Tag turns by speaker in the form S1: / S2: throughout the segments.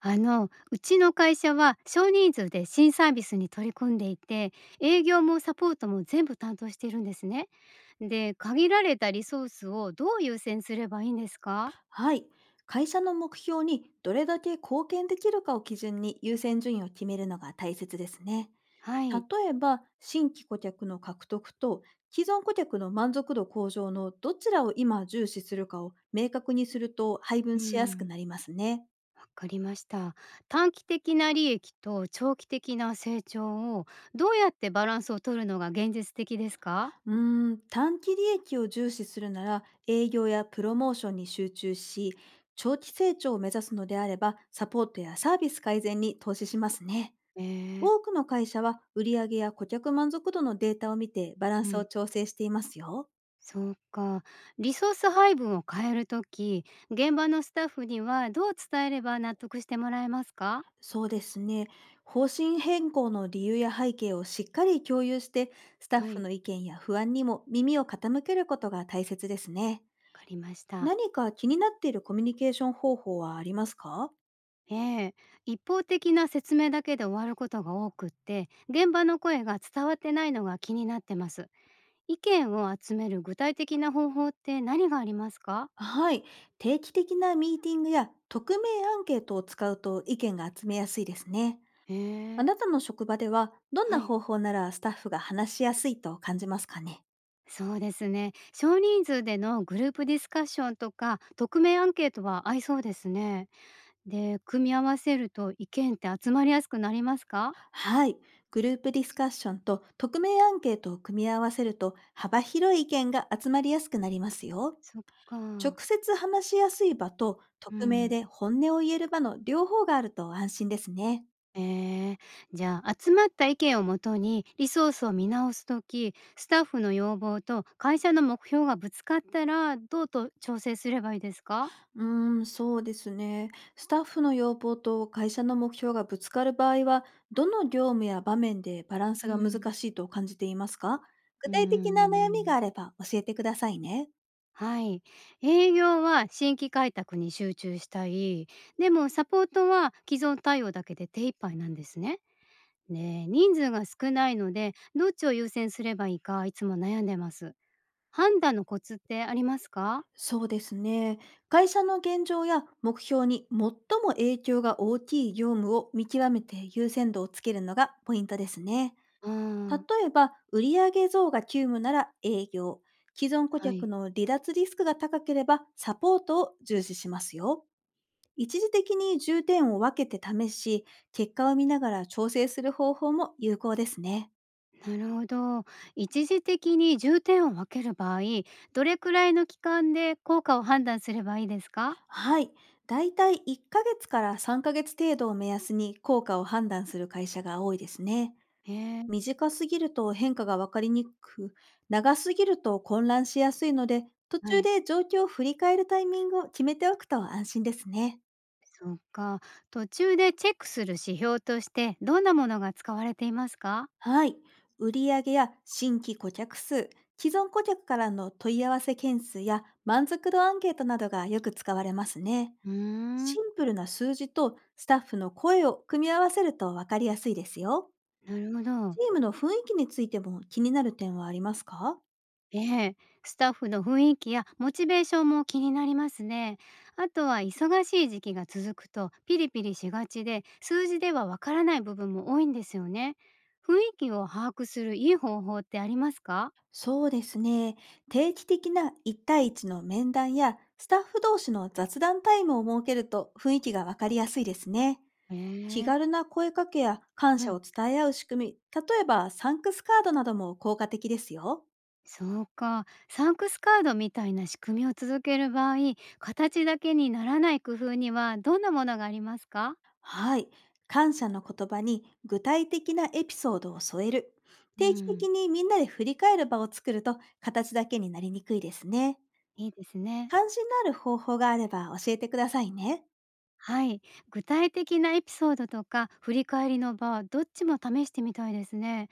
S1: うちの会社は少人数で新サービスに取り組んでいて、営業もサポートも全部担当しているんですね。で、限られたリソースをどう優先すればいいんですか？
S2: はい。会社の目標にどれだけ貢献できるかを基準に優先順位を決めるのが大切ですね。
S1: はい。
S2: 例えば、新規顧客の獲得と既存顧客の満足度向上のどちらを今重視するかを明確にすると配
S1: う
S2: 分しやすく
S1: ん。
S2: なりますね。
S1: わかりました。短期的な利益と長期的な成長をどうやってバランスを取るのが現実的ですか？
S2: うーん、短期利益を重視するなら営業やプロモーションに集中し、長期成長を目指すのであればサポートやサービス改善に投資しますね。
S1: ええ。
S2: 多くの会社は売上や顧客満足度のデータを見てバランスを調整していますよ。
S1: そうか。リソース配分を変えるとき、現場のスタッフにはどう伝えれば納得してもらえますか？
S2: そうですね。方針変更の理由や背景をしっかり共有して、スタッ
S1: は
S2: フ
S1: い、
S2: の意見や不安にも耳を傾けることが大切ですね。
S1: わかりました。
S2: 何か気になっているコミュニケーション方法はありますか？
S1: ええ、一方的な説明だけで終わることが多くって、現場の声が伝わってないのが気になってます。意見を集める具体的な方法って何がありますか？
S2: はい。定期的なミーティングや匿名アンケートを使うと意見が集めやすいですね。
S1: え
S2: あ
S1: え、
S2: なたの職場ではどん
S1: は
S2: な
S1: い。
S2: 方法ならスタッフが話しやすいと感じますかね？
S1: そうですね。少人数でのグループディスカッションとか、匿名アンケートは合いそうですね。で、組み合わせると意見って集まりやすくなりますか？
S2: はい。グループディスカッションと匿名アンケートを組み合わせると幅広い意見が集まりやすくなりますよ。
S1: そっか。
S2: 直接話しやすい場と
S1: う
S2: 匿名
S1: ん。
S2: で本音を言える場の両方があると安心ですね。
S1: ええ、じゃあ、集まった意見をもとにリソースを見直すときスタッフの要望と会社の目標がぶつかったら、どうと調整すればいいですか？
S2: うーん、そうですね。スタッフの要望と会社の目標がぶつかる場合は、どの業務や場面でバランス
S1: う
S2: が難
S1: ん。
S2: しいと感じていますか？
S1: う
S2: 具
S1: ー
S2: 体的な悩みが
S1: ん。
S2: あれば教えてくださいね。
S1: はい。営業は新規開拓に集中したい。でもサポートは既存対応だけで手一杯なんですね。ねえ、人数が少ないので、どっちを優先すればいいかいつも悩んでます。判断のコツってありますか？
S2: そうですね。会社の現状や目標に最も影響が大きい業務を見極めて優先度をつけるのがポイントですね。
S1: あ
S2: 例
S1: あ、
S2: えば、売上増が急務なら営業、既存顧
S1: は
S2: 客
S1: い。
S2: の離脱リスクが高ければサポートを重視しますよ。一時的に重点を分けて試し、結果を見ながら調整する方法も有効ですね。
S1: なるほど。一時的に重点を分ける場合、どれくらいの期間で効果を判断すればいいですか？
S2: はい。だいたい1ヶ月から3ヶ月程度を目安に効果を判断する会社が多いですね。
S1: へえ、
S2: 短すぎると変化がわかりにくく、長すぎると混乱しやすいので、途
S1: は
S2: 中
S1: い。
S2: で状況を振り返るタイミングを決めておくと安心ですね。
S1: そっか。途中でチェックする指標として、どんなものが使われていますか？
S2: はい。売上や新規顧客数、既存顧客からの問い合わせ件数や満足度アンケートなどがよく使われますね。
S1: うーん、
S2: シンプルな数字とスタッフの声を組み合わせるとわかりやすいですよ。
S1: なるほ
S2: チ
S1: ど。
S2: ームの雰囲気についても気になる点はありますか？
S1: ええ、スタッフの雰囲気やモチベーションも気になりますね。あとは忙しい時期が続くとピリピリしがちで、数字ではわからない部分も多いんですよね。雰囲気を把握するいい方法ってありますか？
S2: そうですね。定期的な1対1の面談やスタッフ同士の雑談タイムを設けると雰囲気がわかりやすいですね。気
S1: え
S2: 軽
S1: え。
S2: な声かけや感
S1: う
S2: 謝
S1: ん。
S2: を伝え合う仕組み、例えばサンクスカードなども効果的ですよ。
S1: そうか。サンクスカードみたいな仕組みを続ける場合、形だけにならない工夫にはどんなものがありますか？
S2: はい。感謝の言葉に具体的なエピソードを添える。
S1: う
S2: 定期
S1: ん。
S2: 的にみんなで振り返る場を作ると形だけになりにくいですね。
S1: いいですね。
S2: 関心のある方法があれば教えてくださいね。
S1: はい、具体的なエピソードとか振り返りの場どっちも試してみたいですね。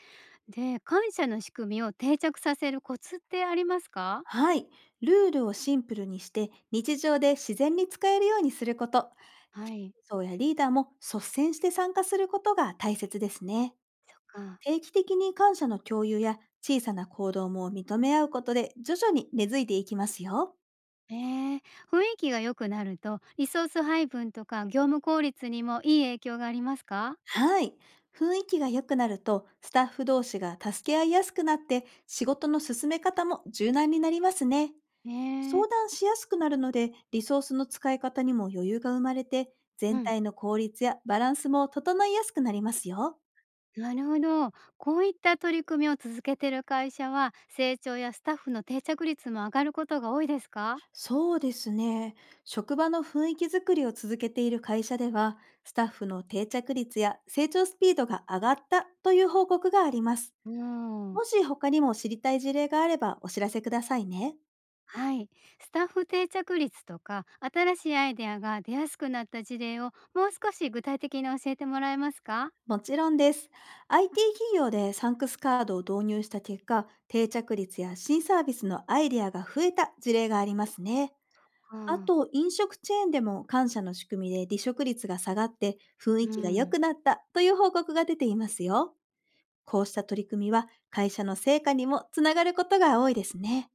S1: で感謝の仕組みを定着させるコツってありますか？
S2: はい。ルールをシンプルにして日常で自然に使えるようにすること、
S1: はい、
S2: そうやリーダーも率先して参加することが大切ですね。
S1: そっか。
S2: 定期的に感謝の共有や小さな行動も認め合うことで徐々に根付いていきますよ。
S1: えー、雰囲気が良くなるとリソース配分とか業務効率にもいい影響がありますか？
S2: はい。雰囲気が良くなるとスタッフ同士が助け合いやすくなって仕事の進め方も柔軟になりますね。
S1: えー、
S2: 相談しやすくなるので、リソースの使い方にも余裕が生まれて、
S1: う
S2: 全
S1: ん、
S2: 体の効率やバランスも整いやすくなりますよ。
S1: なるほど。こういった取り組みを続けている会社は成長やスタッフの定着率も上がることが多いですか？
S2: そうですね。職場の雰囲気づくりを続けている会社では、スタッフの定着率や成長スピードが上がったという報告があります。
S1: うん。
S2: もし他にも知りたい事例があればお知らせくださいね。
S1: はい、スタッフ定着率とか新しいアイデアが出やすくなった事例をもう少し具体的に教えてもらえますか？
S2: もちろんです。IT 企業でサンクスカードを導入した結果、定着率や新サービスのアイデアが増えた事例がありますね。
S1: あ
S2: あ
S1: あ、
S2: と、飲食チェーンでも感謝の仕組みで離職率が下がって雰囲
S1: う
S2: 気が良
S1: ん。
S2: くなったという報告が出ていますよ。こうした取り組みは会社の成果にもつながることが多いですね。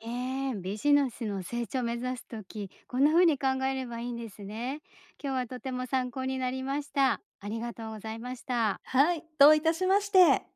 S1: えー、ビジネスの成長を目指すときこんな風に考えればいいんですね。今日はとても参考になりました。ありがとうございました。
S2: はい、どういたしまして。